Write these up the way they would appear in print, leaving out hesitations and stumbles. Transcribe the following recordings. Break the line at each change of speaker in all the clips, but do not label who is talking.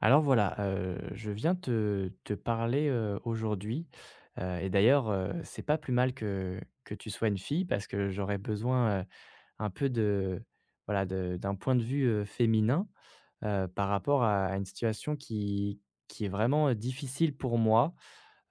Alors voilà, je viens te parler, aujourd'hui, et d'ailleurs, c'est pas plus mal que tu sois une fille parce que j'aurais besoin, un peu de voilà, de d'un point de vue, féminin, par rapport à une situation qui est vraiment, difficile pour moi.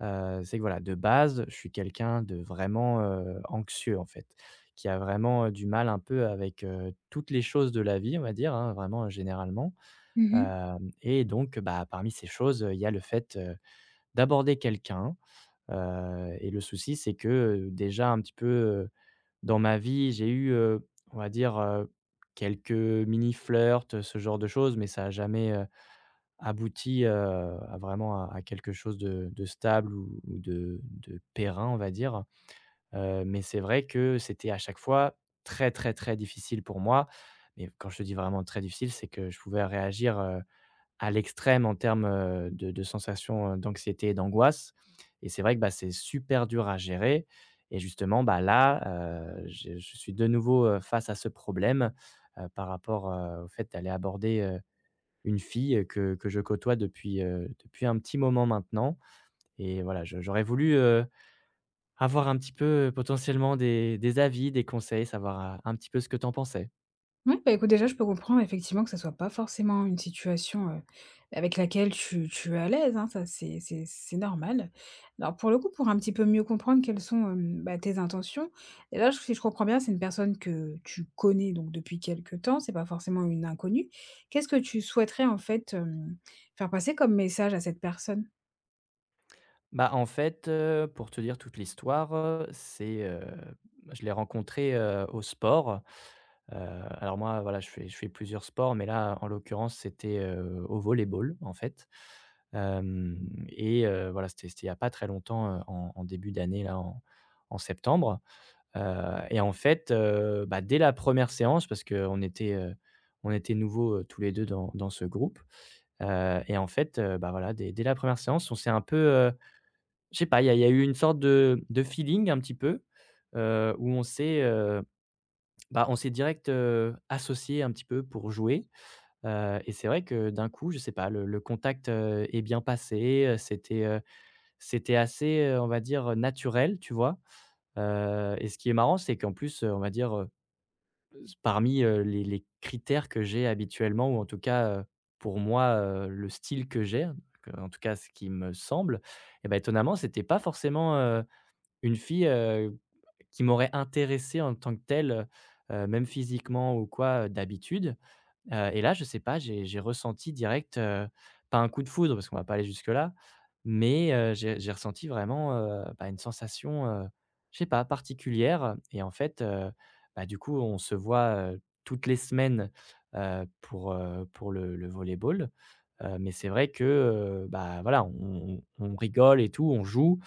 C'est que voilà, de base, je suis quelqu'un de vraiment, anxieux en fait, qui a vraiment, du mal un peu avec, toutes les choses de la vie, on va dire, hein, vraiment, généralement.
Mmh.
Hem Et donc, bah, parmi ces choses, il y a le fait, d'aborder quelqu'un, et le souci, c'est que, déjà un petit peu, dans ma vie, j'ai eu, on va dire, quelques mini flirts, ce genre de choses, mais ça n'a jamais, abouti, à vraiment à quelque chose de stable ou de périn, on va dire. Mais c'est vrai que c'était à chaque fois très, très, très difficile pour moi. Mais quand je te dis vraiment très difficile, c'est que je pouvais réagir à l'extrême en termes, de sensations, d'anxiété et d'angoisse, et c'est vrai que, bah, c'est super dur à gérer. Et justement, bah, là, je suis de nouveau, face à ce problème, par rapport, au fait d'aller aborder, une fille, que je côtoie depuis, depuis un petit moment maintenant. Et voilà, je j'aurais voulu, avoir un petit peu, potentiellement, des avis, des conseils, savoir, un petit peu ce que tu en pensais.
Ouais, bah, écoute, déjà, je peux comprendre effectivement que ça soit pas forcément une situation, avec laquelle tu es à l'aise, hein. Ça, c'est normal. Alors pour le coup, pour un petit peu mieux comprendre quelles sont, bah, tes intentions, et là, si je comprends bien, c'est une personne que tu connais donc depuis quelque temps, c'est pas forcément une inconnue. Qu'est-ce que tu souhaiterais, en fait, faire passer comme message à cette personne?
Bah, en fait, pour te dire toute l'histoire, c'est bah, je l'ai rencontré, au sport. Alors moi, voilà, je fais plusieurs sports, mais là, en l'occurrence, c'était, au volleyball, en fait. Hem Et voilà, c'était il y a pas très longtemps, en début d'année, là, en septembre. Heu et en fait, bah, dès la première séance, parce qu'on était, on était nouveaux, tous les 2 dans ce groupe. Et en fait, bah, voilà, dès la première séance, on s'est un peu, je sais pas, il y a eu une sorte de feeling un petit peu, où on s'est, bah, on s'est direct, associés un petit peu pour jouer, et c'est vrai que d'un coup, je sais pas, le contact, est bien passé, c'était assez, on va dire, naturel, tu vois? Et ce qui est marrant, c'est qu'en plus, on va dire, s parmi, les critères que j'ai habituellement ou en tout cas, pour moi, le style que j'ai, que en tout cas ce qui me semble, et bah, étonnamment, c'était pas forcément, une fille, qui m'aurait intéressé en tant que telle, même physiquement ou quoi, d'habitude, et là, je sais pas, j'ai ressenti direct, pas un coup de foudre parce qu'on va pas aller jusque-là, mais j'ai ressenti vraiment, bah, une sensation, je sais pas, particulière. Et en fait, bah, du coup, on se voit, toutes les semaines, pour le volley-ball. Mais c'est vrai que, bah, voilà, on on rigole et tout, on joue,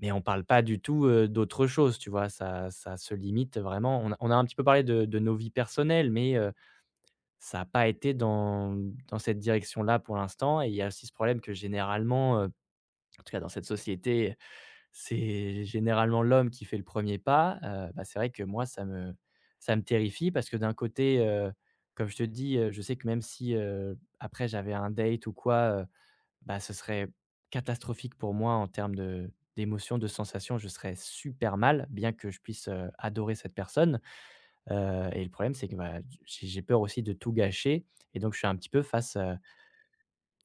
mais on parle pas du tout, d'autre chose, tu vois? Ça se limite vraiment. On a un petit peu parlé de nos vies personnelles, mais ça n'a pas été dans cette direction-là pour l'instant, et il y a aussi ce problème que généralement, en tout cas dans cette société, c'est généralement l'homme qui fait le premier pas. Bah, c'est vrai que moi ça me terrifie parce que d'un côté, comme je te dis, je sais que même si, après j'avais un date ou quoi, bah, ce serait catastrophique pour moi en termes de d'émotions, de sensations, je serais super mal, bien que je puisse, adorer cette personne, et le problème, c'est que, bah, j'ai peur aussi de tout gâcher, et donc je suis un petit peu face,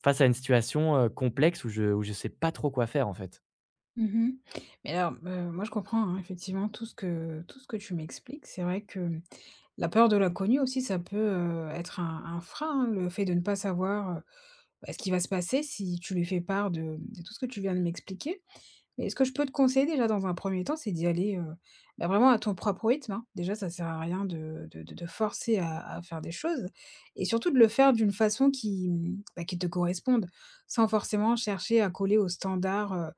face à une situation, complexe où je ne où je sais pas trop quoi faire, en fait.
Mmh. Mais alors, moi, je comprends, hein, effectivement tout ce que tu m'expliques. C'est vrai que la peur de l'inconnu aussi, ça peut, être un frein, hein, le fait de ne pas savoir, bah, ce qui va se passer si tu lui fais part de tout ce que tu viens de m'expliquer. Mais ce que je peux te conseiller déjà dans un premier temps, c'est d'y aller, bah, vraiment à ton propre rythme, hein. Déjà, ça sert à rien de te forcer à faire des choses et surtout de le faire d'une façon qui, mmh, bah, qui te corresponde, sans forcément chercher à coller aux standards,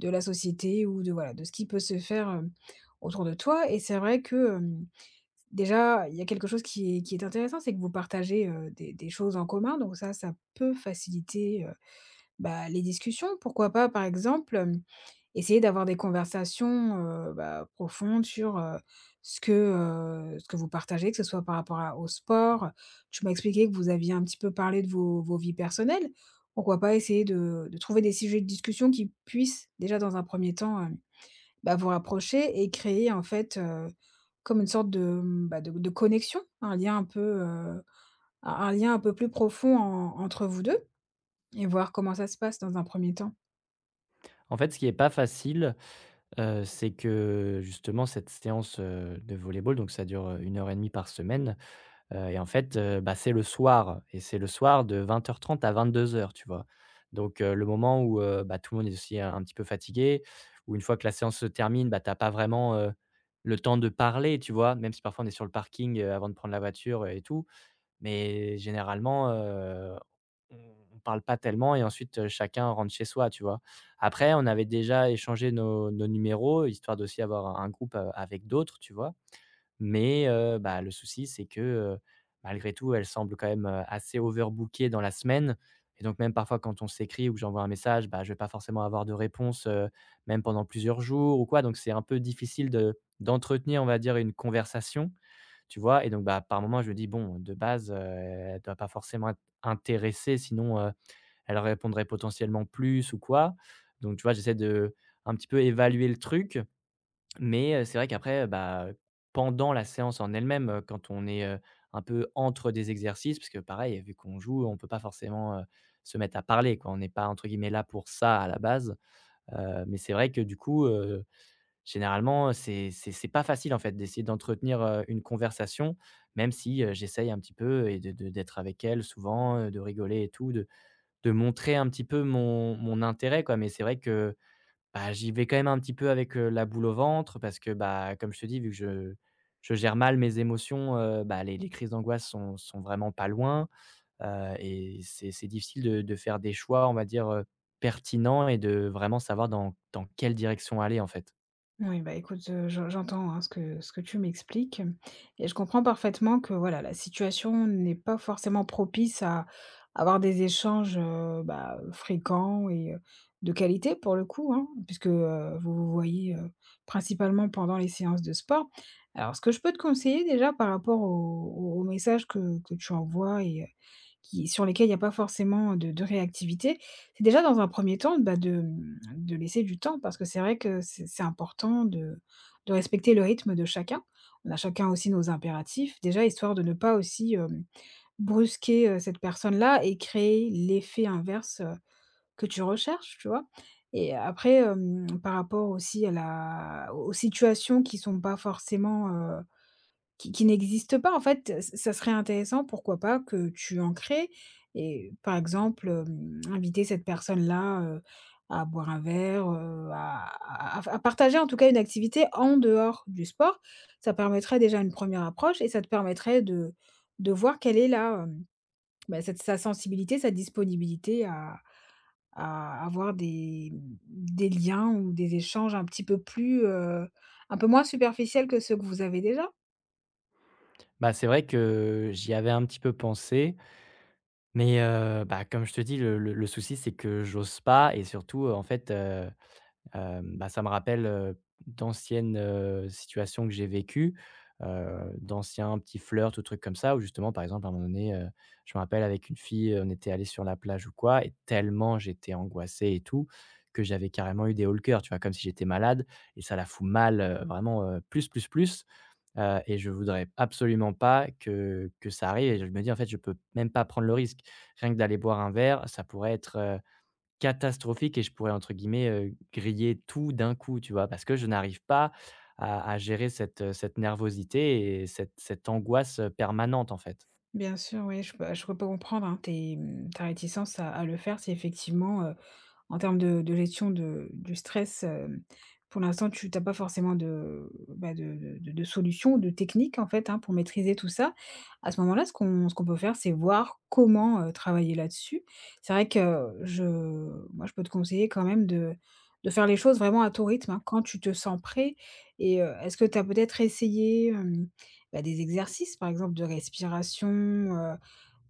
de la société ou de voilà, de ce qui peut se faire, autour de toi et c'est vrai que, déjà, il y a quelque chose qui est intéressant, c'est que vous partagez, des choses en commun, donc ça peut faciliter, bah, les discussions. Pourquoi pas, par exemple, essayer d'avoir des conversations, bah, profondes sur, ce que vous partagez, que ce soit par rapport à au sport. Tu m'as expliqué que vous aviez un petit peu parlé de vos vies personnelles. Pourquoi pas essayer de trouver des sujets de discussion qui puissent, déjà dans un premier temps, hem bah, vous rapprocher et créer en fait, comme une sorte de, mmh, bah, de connexion, un lien un peu, un lien un peu plus profond en entre vous deux et voir comment ça se passe dans un premier temps.
En fait, ce qui est pas facile, c'est que, justement, cette séance, de volley-ball, donc ça dure, 1 heure et demie par semaine. Et en fait, bah, c'est le soir, et c'est le soir de 20:30 à 22:00, tu vois? Donc le moment où, bah, tout le monde est aussi un petit peu fatigué, où une fois que la séance se termine, bah, tu as pas vraiment, le temps de parler, tu vois? Même si parfois on est sur le parking, avant de prendre la voiture, et tout, mais généralement, on parle pas tellement, et ensuite, chacun rentre chez soi, tu vois? Après, on avait déjà échangé nos numéros, histoire d'aussi avoir un groupe, avec d'autres, tu vois? Mais bah, le souci, c'est que, malgré tout, elle semble quand même, assez overbookée dans la semaine, et donc même parfois quand on s'écrit ou que j'envoie un message, bah, je vais pas forcément avoir de réponse, même pendant plusieurs jours ou quoi. Donc c'est un peu difficile de d'entretenir, on va dire, une conversation, tu vois? Et donc, bah, par moment, je me dis: «Bon, de base, elle doit pas forcément être intéressée, sinon, elle répondrait potentiellement plus ou quoi». Donc tu vois, j'essaie de un petit peu évaluer le truc, mais, c'est vrai qu'après, bah, pendant la séance en elle-même, quand on est, un peu entre des exercices, parce que pareil, vu qu'on joue, on ne peut pas forcément, se mettre à parler, quoi. On n'est pas entre guillemets «là» pour ça à la base, mais c'est vrai que du coup, généralement, c'est pas facile en fait d'essayer d'entretenir, une conversation, même si, j'essaye un petit peu, et de d'être avec elle souvent, de rigoler et tout, de montrer un petit peu mon intérêt, quoi. Mais c'est vrai que bah, j'y vais quand même un petit peu avec, la boule au ventre parce que, bah, comme je te dis, vu que je gère mal mes émotions, bah, les crises d'angoisse sont vraiment pas loin, et c'est difficile de faire des choix, on va dire, pertinents, et de vraiment savoir dans quelle direction aller, en fait.
Oui, bah, écoute, je j'entends, hein, ce que tu m'expliques et je comprends parfaitement que, voilà, la situation n'est pas forcément propice à avoir des échanges, bah, fréquents et de qualité pour le coup, hein, puisque, vous vous voyez, principalement pendant les séances de sport. Alors ce que je peux te conseiller déjà par rapport aux aux messages que tu envoies et qui sur lesquels il n'y a pas forcément de réactivité. C'est déjà dans un premier temps, bah, de, mmh, de laisser du temps parce que c'est vrai que c'est important de respecter le rythme de chacun. On a chacun aussi nos impératifs, déjà histoire de ne pas aussi, brusquer, cette personne-là et créer l'effet inverse, que tu recherches, tu vois? Et après, par rapport aussi à la aux situations qui sont pas forcément, qui n'existe pas en fait, ça serait intéressant pourquoi pas que tu en crées et par exemple, inviter cette personne-là, à boire un verre, à à partager en tout cas une activité en dehors du sport. Ça permettrait déjà une première approche et ça te permettrait de voir quelle est la, bah, cette sa sensibilité, sa disponibilité à avoir des liens ou des échanges un petit peu plus, un peu moins superficiels que ceux que vous avez déjà?
Bah, c'est vrai que j'y avais un petit peu pensé, mais bah, comme je te dis, le le souci, c'est que j'ose pas, et surtout, en fait, bah, ça me rappelle, d'anciennes, situations que j'ai vécues, d'anciens petits flirts ou trucs comme ça, où justement, par exemple, à un moment donné, je me rappelle, avec une fille, on était allé sur la plage ou quoi, et tellement j'étais angoissé et tout, que j'avais carrément eu des hauts le cœur, tu vois? Comme si j'étais malade, et ça la fout mal, vraiment, plus, plus, plus, et je voudrais absolument pas que ça arrive, et je me dis: «En fait, je peux même pas prendre le risque». Rien que d'aller boire un verre, ça pourrait être catastrophique, et je pourrais entre guillemets, griller tout d'un coup, tu vois? Parce que je n'arrive pas à gérer cette, cette nervosité et cette angoisse, permanente, en fait.
Bien sûr, oui, je peux comprendre, hein, tes, mmh, ta réticence à le faire si effectivement, en termes de gestion de du stress, pour l'instant, tu n'as pas forcément de, bah, de solution, de technique, en fait, hein, pour maîtriser tout ça. À ce moment-là, ce qu'on peut faire, c'est voir comment, travailler là-dessus. C'est vrai que je moi, je peux te conseiller quand même de faire les choses vraiment à ton rythme, hein, quand tu te sens prêt et est-ce que tu as peut-être essayé, bah, des exercices, par exemple, de respiration,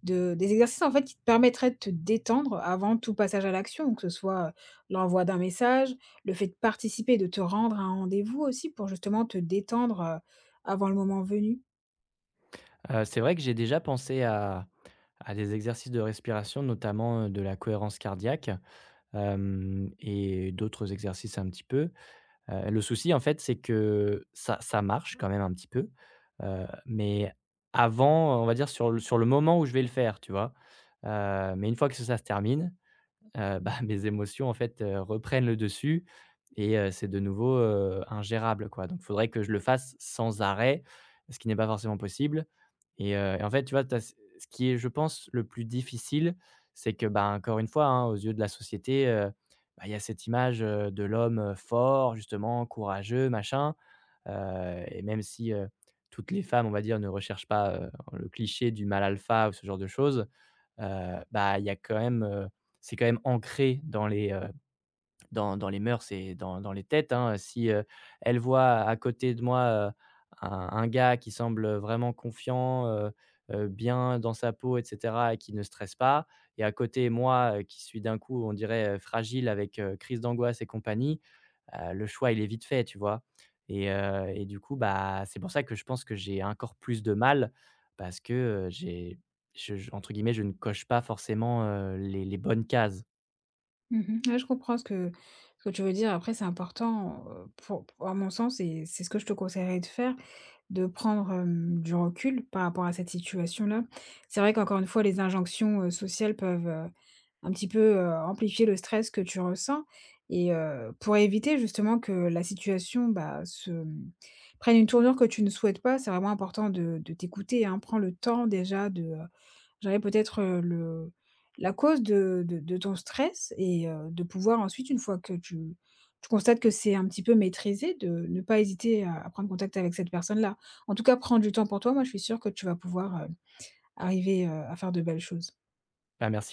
de des exercices, en fait, qui te permettraient de te détendre avant tout passage à l'action, que ce soit, l'envoi d'un message, le fait de participer, de te rendre à un rendez-vous aussi pour justement te détendre, avant le moment venu?
C'est vrai que j'ai déjà pensé à des exercices de respiration, notamment, de la cohérence cardiaque, hem et d'autres exercices un petit peu. Le souci, en fait, c'est que ça marche quand même un petit peu, mais avant, on va dire, sur le moment où je vais le faire, tu vois? Mais une fois que ça se termine, bah, mes émotions, en fait, reprennent le dessus, et c'est de nouveau, ingérable, quoi. Donc, il faudrait que je le fasse sans arrêt, ce qui n'est pas forcément possible, et et en fait, tu vois, tu ce qui est, je pense, le plus difficile, c'est que, bah, encore une fois, hein, aux yeux de la société, bah, il y a cette image, de l'homme, fort, justement, courageux, machin, et même si, toutes les femmes, on va dire, ne recherchent pas, le cliché du mâle alpha ou ce genre de choses, bah, il y a quand même, c'est quand même ancré dans les, dans les mœurs et dans les têtes, hein. Si, elle voit à côté de moi, un gars qui semble vraiment confiant, bien dans sa peau et cetera, et qui ne stresse pas, et à côté moi, qui suis d'un coup, on dirait, fragile avec, crise d'angoisse et compagnie, le choix, il est vite fait, tu vois? Et et du coup, bah, c'est pour ça que je pense que j'ai encore plus de mal parce que, j'ai je entre guillemets «je ne coche pas forcément, les bonnes cases».
Mmh. Ouais, je comprends ce que tu veux dire. Après, c'est important, pour à mon sens et c'est ce que je te conseillerais de faire, de prendre, du recul par rapport à cette situation-là. C'est vrai qu'encore une fois, les injonctions, sociales peuvent, un petit peu, amplifier le stress que tu ressens et pour éviter justement que la situation, bah, se, mmh, prenne une tournure que tu ne souhaites pas, c'est vraiment important de t'écouter, hein. Prends le temps déjà de, j'aurais peut-être, le la cause de ton stress et de pouvoir ensuite, une fois que tu constates que c'est un petit peu maîtrisé, de ne pas hésiter à prendre contact avec cette personne-là. En tout cas, prends du temps pour toi, moi je suis sûre que tu vas pouvoir, arriver, à faire de belles choses.
Ah merci.